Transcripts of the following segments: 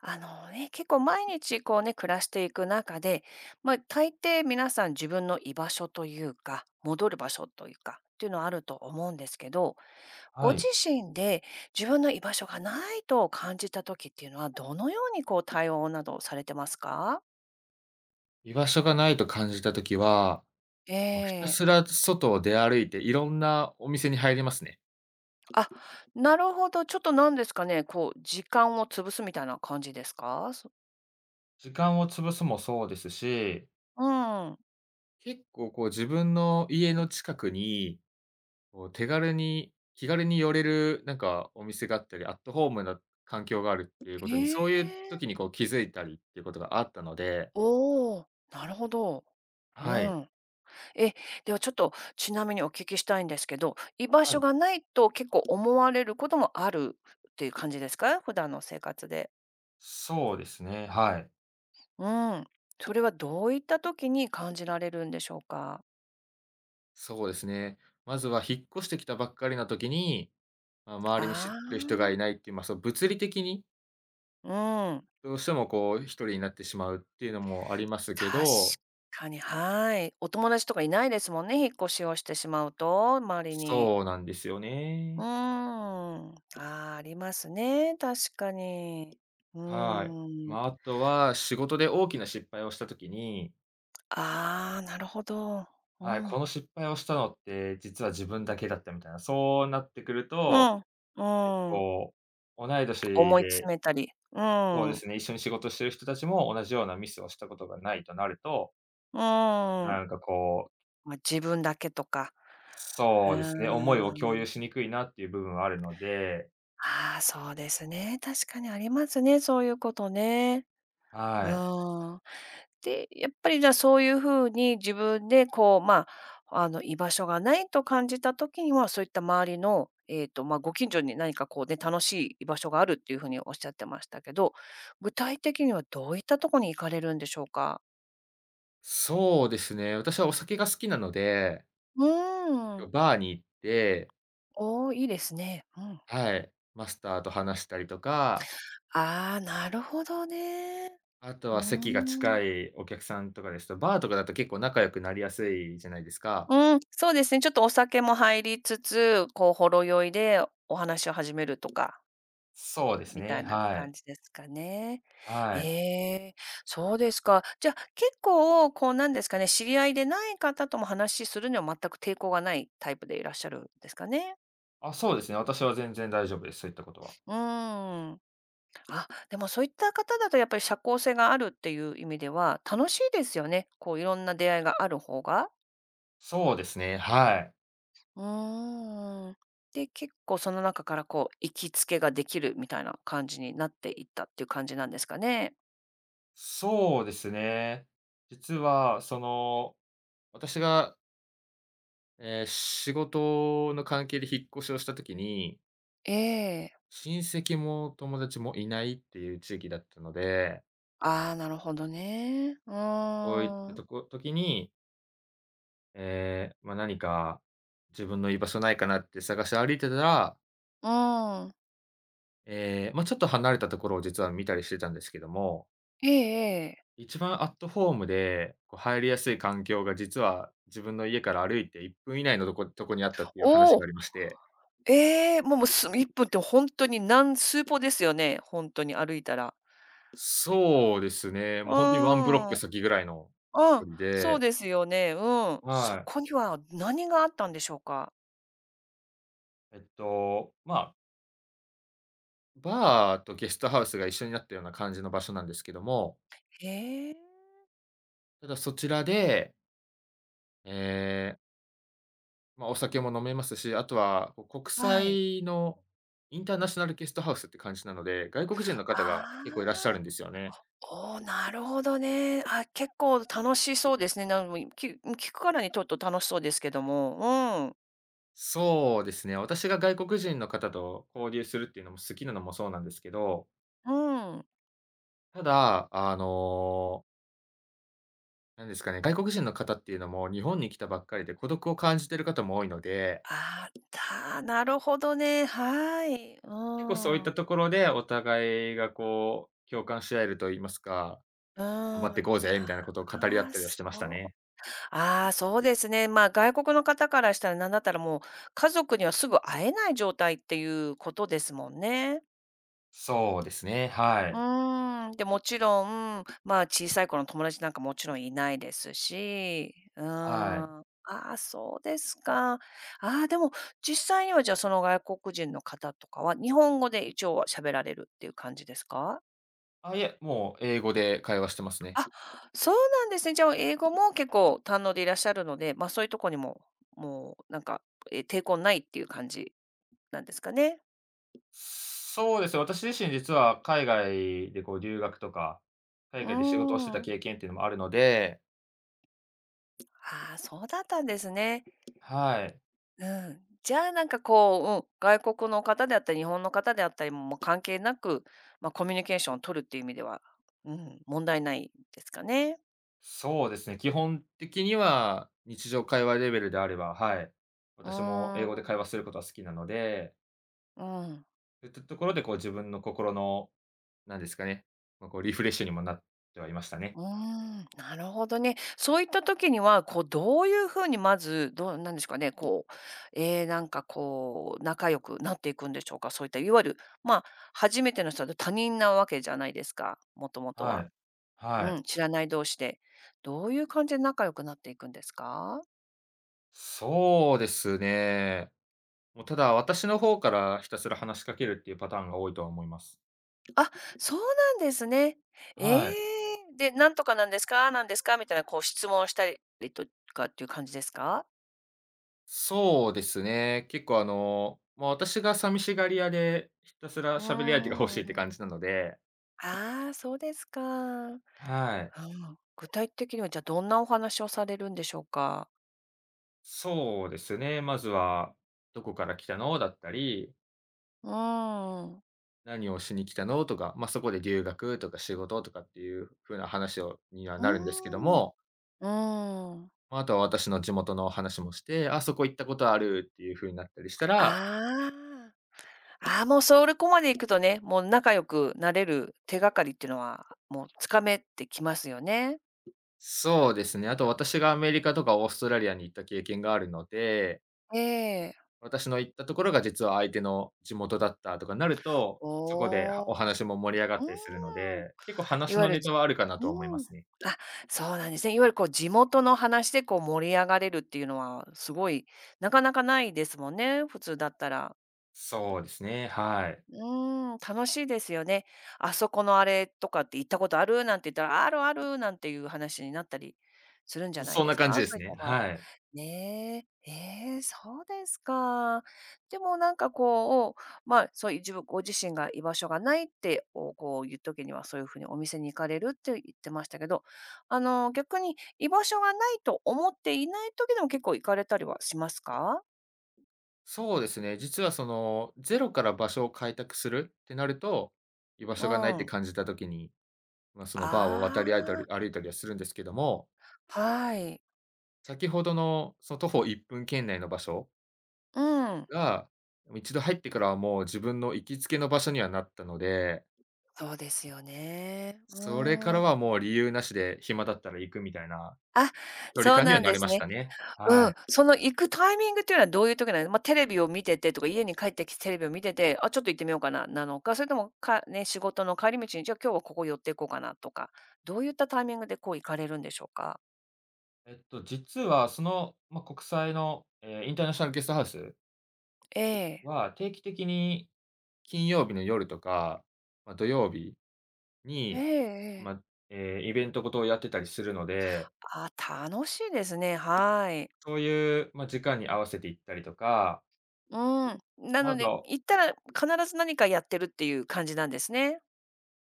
あのね、結構毎日こうね、暮らしていく中で、まあ、大抵皆さん自分の居場所というか、戻る場所というか、っていうのはあると思うんですけど、ごはい。自身で自分の居場所がないと感じた時っていうのは、どのようにこう対応などされてますか？居場所がないと感じたときは、えもうひたえ。すら外を出歩いて、いろんなお店に入りますね。あ、なるほど、ちょっとなんですかね、こう時間を潰すみたいな感じですか？そ時間を潰すもそうですし、うん。結構こう自分の家の近くに、こう手軽に気軽に寄れるなんかお店があったり、アットホームな環境があるっていうこへとに、そういうえ。時にこう気づいたりっていうことがあったので。おお、なるほど。うはい。ん。え、ではちょっとちなみにお聞きしたいんですけど、居場は所い。がないと結構思われることもあるっていう感じですか？普段の生活で。そうですね、はい。うん。それはどういった時に感じられるんでしょうか？そうですね。まずは引っ越してきたばっかりな時に、まあ、周りに知っあてる人があ、いないっていう、まあ、その物理的に、うん。どうしてもこう一人になってしまうっていうのもありますけ確ど。かに、はい。お友達とかいないですもんね、引っ越しをしてしまうと、周りに。そうなんですようーね。ん。あーありますね、確かに。うはい。ーまん。あ、あとは仕事で大きな失敗をした時に、ああ、なるほど。うはい、こん。の失敗をしたのって実は自分だけだったみたいな、そうなってくるうと、ん、うん、こう、同い年思いで、詰めたり、うそうでん、すね、一緒に仕事してる人たちも同じようなミスをしたことがないとなると、うなん。んかこう、ま、自分だけとか。うそうですね、思いを共ー有ん。しにくいなっていう部分はあるので。ああ、そうですね。確かにありますね、そういうことね。うはい。ーん。で、やっぱりじゃあ、そういう風に自分でこう、ま、あの、居場所がないと感じた時には、そういった周りの、ま、ご近所に何かこうね、楽しい居場所があるっていう風におっしゃってましたけど、具体的にはどういったとこに行かれるんでしょうか？そうですね、私はお酒が好きなので、うーん。バーに行って、おーいいですね。うん。はい、マスターと話したりとか、ああ、なるほどね。あとうーは席がん。近いお客さんとかですと、バーとかだと結構仲良くなりやすいじゃないですか。うん、そうですね、ちょっとお酒も入りつつ、こう、ほろ酔いでお話を始めるとか、そうですみたね、いなはい。感じですかね。えはい。え、そうですか。じゃあ、結構、こう、なんですかね、知り合いでない方とも話しするには全く抵抗がないタイプでいらっしゃるんですかね？あ、そうですね、私は全然大丈夫です、そういったことは。うーん。あ、でもそういった方だとやっぱり社交性があるっていう意味では、楽しいですよね。こういろんな出会いがある方が。そうですね、はい。うーん。で、結構その中からこう行きつけができるみたいな感じになっていったっていう感じなんですかね？そうですね。実は、その、私が、仕事の関係で引っ越しをした時に、ええ。親戚も友達もいないっていう地域だったので、ああ、なるほどね。うそういったーん。とこ時に、ま、何か自分の居場所ないかなって探して歩いてたら、うーん。ま、ちょっと離れたところを実は見たりしてたんですけども、ええええ。一番アットホームで、こう入りやすい環境が実は自分の家から歩いて1分以内のとこにあったっていう話おがあお！りまして。ええ、もう1分って本当に何数歩ですよね、本当に歩いたら。そうですね、うもうほんとにワンブロッークん。先ぐらいのう距ん、離そうで。ですよね。うん。そはこい。には何があったんでしょうか？まあ、バーとゲストハウスが一緒になったような感じの場所なんですけども、へえ。ただそちらで、ええ、まあ、お酒も飲めますし、あとは、こう、国はい。際の、インターナショナルゲストハウスって感じなので、外国人の方があ結構いらっしゃるんあ、ですよね。おお、なるほどね。あ、結構楽しそうですね。なんもいき聞くからにちょっと楽しそうですけども。うん。そうですね、私が外国人の方と交流するっていうのも好きなのもそうなんですけど、うん。ただ、なんですかね、外国人の方っていうのも日本に来たばっかりで孤独を感じてる方も多いので、ああ、なるほどね。はい。う結構そういっん。たうところで、お互いがこう、共感し合えると言いますか、ん。頑張ってこうぜみたいなことを語り合あっあ、たりはしてましたそう。ね。ああ、そうですね。まあ、外国の方からしたらなんだったらもう、家族にはすぐ会えない状態っていうことですもんね。そうですね、はうい。ーん、で、もちろん、まあ、小さい頃の友達なんかもちろんいないですし、うはい。ーん。ああ、そうですか。ああ、でも実際にはじゃあ、その外国人の方とかは、日本語で一応は喋られるっていう感じですか？あ、いえ、もう英語で会話してますね。あ、そうなんですね。じゃあ、英語も結構堪能でいらっしゃるので、ま、そういうとこにも、もうなんか、え、抵抗ないっていう感じなんですかね？そうですね、私自身実は海外でこう留学とか、う海外で仕事をしてーたん。経験っていうのもあるので。ああ、そうだったんですね。はい。うん。じゃあ、なんかこう、うん、外国の方であったり、日本の方であったりも、もう関係なく、まあ、コミュニケーションを取るっていう意味では、うん、問題ないですかね。そうですね、基本的には日常会話レベルであれば、はい。う私も英語でー会話ん、することは好きなので、うん、そういったところで、こう自分の心の、なんですかね、まあ、こうリフレッシュにもなってはいましたね。うーん、なるほどね。そういった時には、こう、どういうふうにまず、どうなんですかね、こう、ええ、なんかこう、仲良くなっていくんでしょうか？そういった、いわゆる、まあ、初めての人で他人なわけじゃないですか、もともとはは。い。はうい。ん、知らない同士で。どういう感じで仲良くなっていくんですか？そうですね。もうただ、私の方からひたすら話しかけるっていうパターンが多いとは思います。あ、そうなんですね。えはい。え。で、「なんとかなんですか？なんですか？」みたいなこう質問したりとかっていう感じですか？そうですね。結構、まあ、私が寂しがり屋で、ひたすらう喋り相手が欲しーいって感じん。なので、ああ、そうですか。うん。はい。具体的にはじゃあどんなお話をされるんでしょうか？そうですね。まずは、どこから来たのだったり、うーん。何をしに来たのとか、まあ、そこで留学とか仕事とかっていう風な話をにはうなるんですけどーん。うも、ーん。まあ、あとは私の地元の話もして、あ、そこ行ったことあるっていう風になったりしたら、ああ。ああ、もうそこまで行くとね、もう仲良くなれる手がかりっていうのは、もうつかめてきますよね。そうですね、あと私がアメリカとかオーストラリアに行った経験があるので、ええ。私の行ったところが実は相手の地元だったとかなると、そこではおおお。う話も盛り上がっーたりするのん。で、結構い話わゆのる、ネじタはあるかなと思いまうん。すね。あ、そうなんですね。いわゆるこう地元の話でこう盛り上がれるっていうのは、すごい、なかなかないですもんね、普通だったら。そうですね、はい。うーん、楽しいですよね。あそこのあれとかって行ったことある？なんて言ったら、あるある、なんていう話になったりするんじゃないそんでなす感じか？でそうすいっね、た場合。はい。ねえ、ええ、そうですか。でもなんかこう、まあ、そういう自分ご自身が居場所がないって、こう言う時には、そういうふうにお店に行かれるって言ってましたけど、あの、逆に居場所がないと思っていない時でも結構行かれたりはしますか？そうですね。実はその、ゼロから場所を開拓するってなると、居場う所がないってん。感じた時に、まあ、そのバーを渡あり歩いたり歩いたりはするんですけども、あ、はい。先ほどのその徒歩1分圏内の場所うん、が、一度入ってからはもう自分の行きつけの場所にはなったので、そうですよね。うそれからはん。もう理由なしで暇だったら行くみたいなあ、距離そう感にはなんなでりすましね。たね。うはい。ん、その行くタイミングっていうのはどういう時なんまあ、テレビを見ててとか、家に帰ってきてテレビを見てて、あ、ちょっと行ってみようかな、なのか、それとも、かね、仕事の帰り道に、じゃあ今日はここ寄っていこうかなとか、どういったタイミングでこう行かれるんでしょうか？実はその、まあ、国際の、インターナショナルゲストハウスええ。は定期的に金曜日の夜とか、まあ、土曜日ええに、まええ。あ、イベントごとをやってたりするので、ああ、楽しいですね、はい。そういう、まあ、時間に合わせて行ったりとか、うん。なまあ、のあで、と、行ったら必ず何かやってるっていう感じなんですね。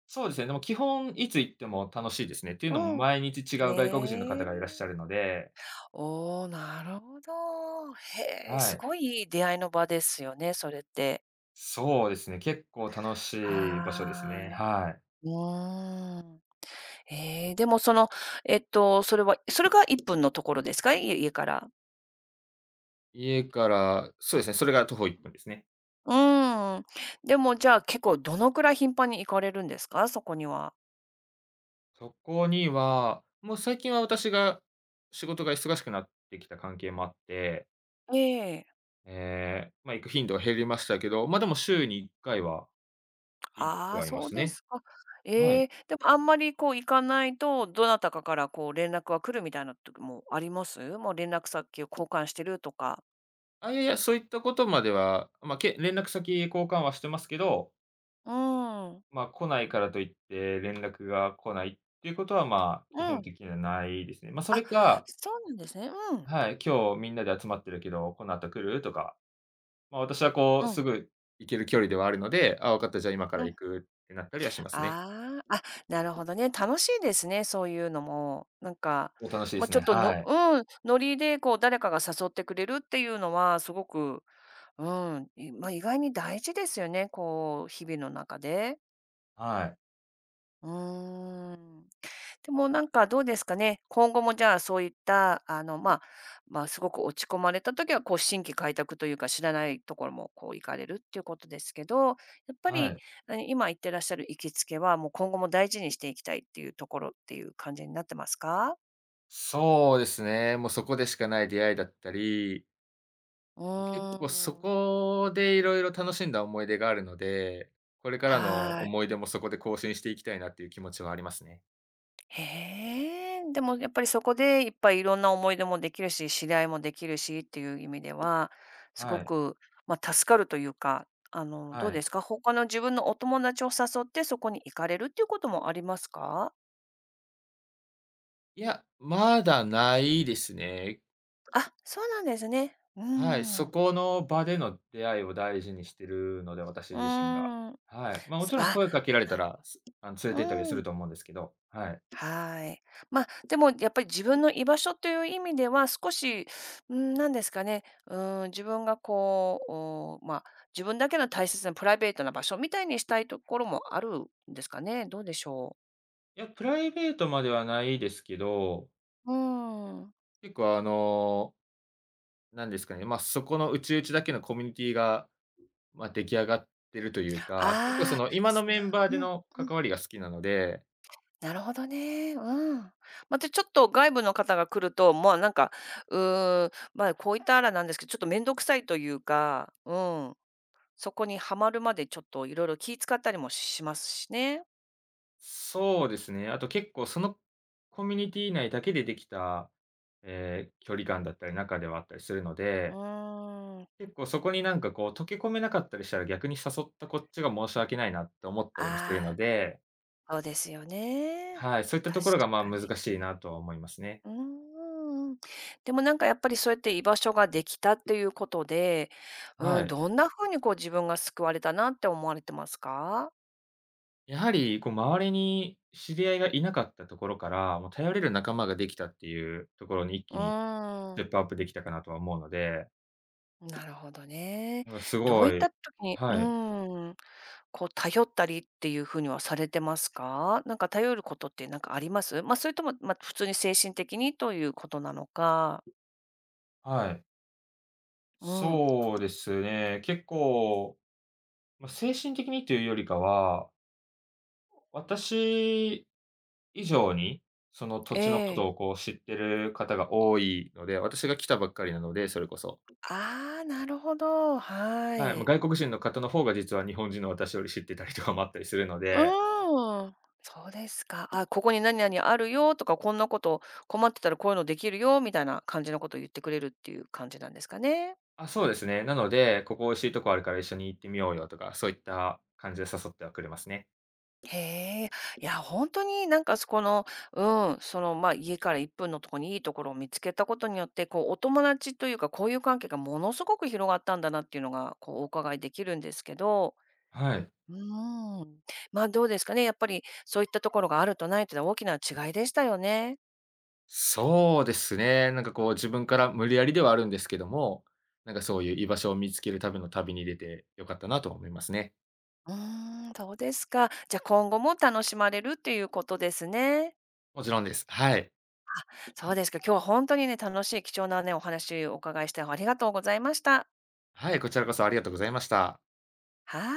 そうですね、でも基本いつ行っても楽しいですね。っていうのもうん。毎日違う外国人のへ方がいらっしゃえ。るので。おお、なるほど。へえ、はすい。ごいいい出会いの場ですよね、それって。そうですね、結構楽しい場所ですはね、ーい。はい。うーん。えーでもその、それはそれが1分のところですか？家家から。家からそうですね、それが徒歩1分ですね。うーん。でもじゃあ、結構どのくらい頻繁に行かれるんですか？そこには。そこには、もう最近は私が仕事が忙しくなってきた関係もあって、ええ。まあ、行く頻度は減りましたけど、まあ、でも週に1回は行っあてあ、はいまそうすでね。すか。はえい。え、でもあんまりこう行かないと、どなたかからこう連絡が来るみたいな時もあります？もう連絡先を交換してるとか。あ、いやいや、そういったことまでは、まあ、連絡先交換はしてますけど、うん。まあ、来ないからといって連絡が来ないっていうことは、まあ、基う本ん。的にはないですね。まあ、それあ、か、そうなんですね。うん。はい、今日みんなで集まってるけど、この後来る？とか、まあ、私はこうう、すん。ぐ行ける距離ではあるので、あ、分かった、じゃあ今かうらん。行くってなったりはしますね。ああ、あ、なるほどね。楽しいですね、そういうのも。なんか、お、楽しいでまあ、すちょね。っとはのい。うん、ノリでこう誰かが誘ってくれるっていうのはすごく、うん、いまあ、意外に大事ですよね、こう日々の中で。はい。うーん。でもなんかどうですかね、今後もじゃあそういった、あの、まあ、まあ、すごく落ち込まれた時は、こう、新規開拓というか、知らないところもこう行かれるっていうことですけど、やっぱはり、い。あの、今行ってらっしゃる行きつけは、もう今後も大事にしていきたいっていうところっていう感じになってますか？そうですね。もうそこでしかない出会いだったり、うもう結構そーん。こでいろいろ楽しんだ思い出があるので、これからのはーい。思い出もそこで更新していきたいなっていう気持ちはありますね。へえ、でもやっぱりそこでいっぱいいろんな思い出もできるし、知り合いもできるしっていう意味では、すごはい、く、まあ、助かるというか、あの、どうはでい。すか？他の自分のお友達を誘ってそこに行かれるっていうこともありますか？いや、まだないですね。あ、そうなんですね。うはい、そーん。この場での出会いを大事にしてるので、私う自身が。ん。はい。ま、もそちろんあ、声かけられたなるら、すあの、連れうて行ったりすーるん。と思うんですけど、はい。はい。まあ、でもやっぱり自分の居場所という意味では、少し、うん、なんですかね、うん、自分がこう、おお、自分だけの大切なプライベートな場所みたいにしたいところもあるんですかね？どうでしょいや、プライベートまではないですけど、う？うん。結構なんですかね、まあ、そこの内々だけのコミュニティが、まあ、出来上がってるというか、結構そああ、の今のすメなンバーうでんうん。の関 わりが好きなので。なるほどね。うん。またちょっと外部の方が来ると、もうなんか、うーん、ま、こういったあらなんですけど、ちょっと面倒くさいというか、うん。そこにはまるまでちょっといろいろ気使ったりもしますしね。そうですね、あと結構そのコミュニティ内だけでできた、距離感だったり中ではあったりするのうで、ーん。結構そこになんかこう溶け込めなかったりしたら逆に誘ったこっちが申し訳ないなって思ったりもするあのあ、で、そうですよね。はい、そういった確ところがまあか難に。しいなとは思いますね。うーん。でもなんかやっぱりそうやって居場所ができたっていうことで、うはん、い。どんな風にこう自分が救われたなって思われてますか？やはり、こう、周りに知り合いがいなかったところから、もう頼れる仲間ができたっていうところに一う気にーステん、ップアップできたかなとは思うので、なるほどね。なんかすどうごいったい。時にうはい、ーん。こう、頼ったりっていうふうにはされてますか？なんか頼ることってなんかあります？まあ、それとも、まあ、普通に精神的にということなのか。はい。うん。そうですね、結構、まあ、精神的にというよりかは、私以上に、その土え地のことえ。をこう知ってる方が多いので、私が来たばっかりなので、それこそ。ああ、なるほど、ははい、まあい。外国人の方の方が実は日本人の私より知ってたりとかもあったりするのうで。ーん。そうですか。あ、ここに何々あるよとか、こんなこと困ってたらこういうのできるよみたいな感じのことを言ってくれるっていう感じなんですかね？あ、そうですね。なので、ここ美味しいとこあるから一緒に行ってみようよとか、そういった感じで誘ってはくれますね。へえ。いや、本当になんかそこの、うん、その、まあ、家から1分のとこにいいところを見つけたことによって、こうお友達というか、交友関係がものすごく広がったんだなっていうのが、こうお伺いできるんですけど、はい。うーん。まあ、どうですかね、やっぱりそういったところがあるとないというのは大きな違いでしたよね。そうですね。なんかこう自分から無理やりではあるんですけども、なんかそういう居場所を見つけるための旅に出て良かったなと思いますね。うーん、そうですか。じゃ、あ今後も楽しまれるっていうことですね。もちろんです。はい。そうですか、今日は本当にね、楽しい貴重なね、お話をお伺いしてありがとうございました。はい、こちらこそありがとうございました。はい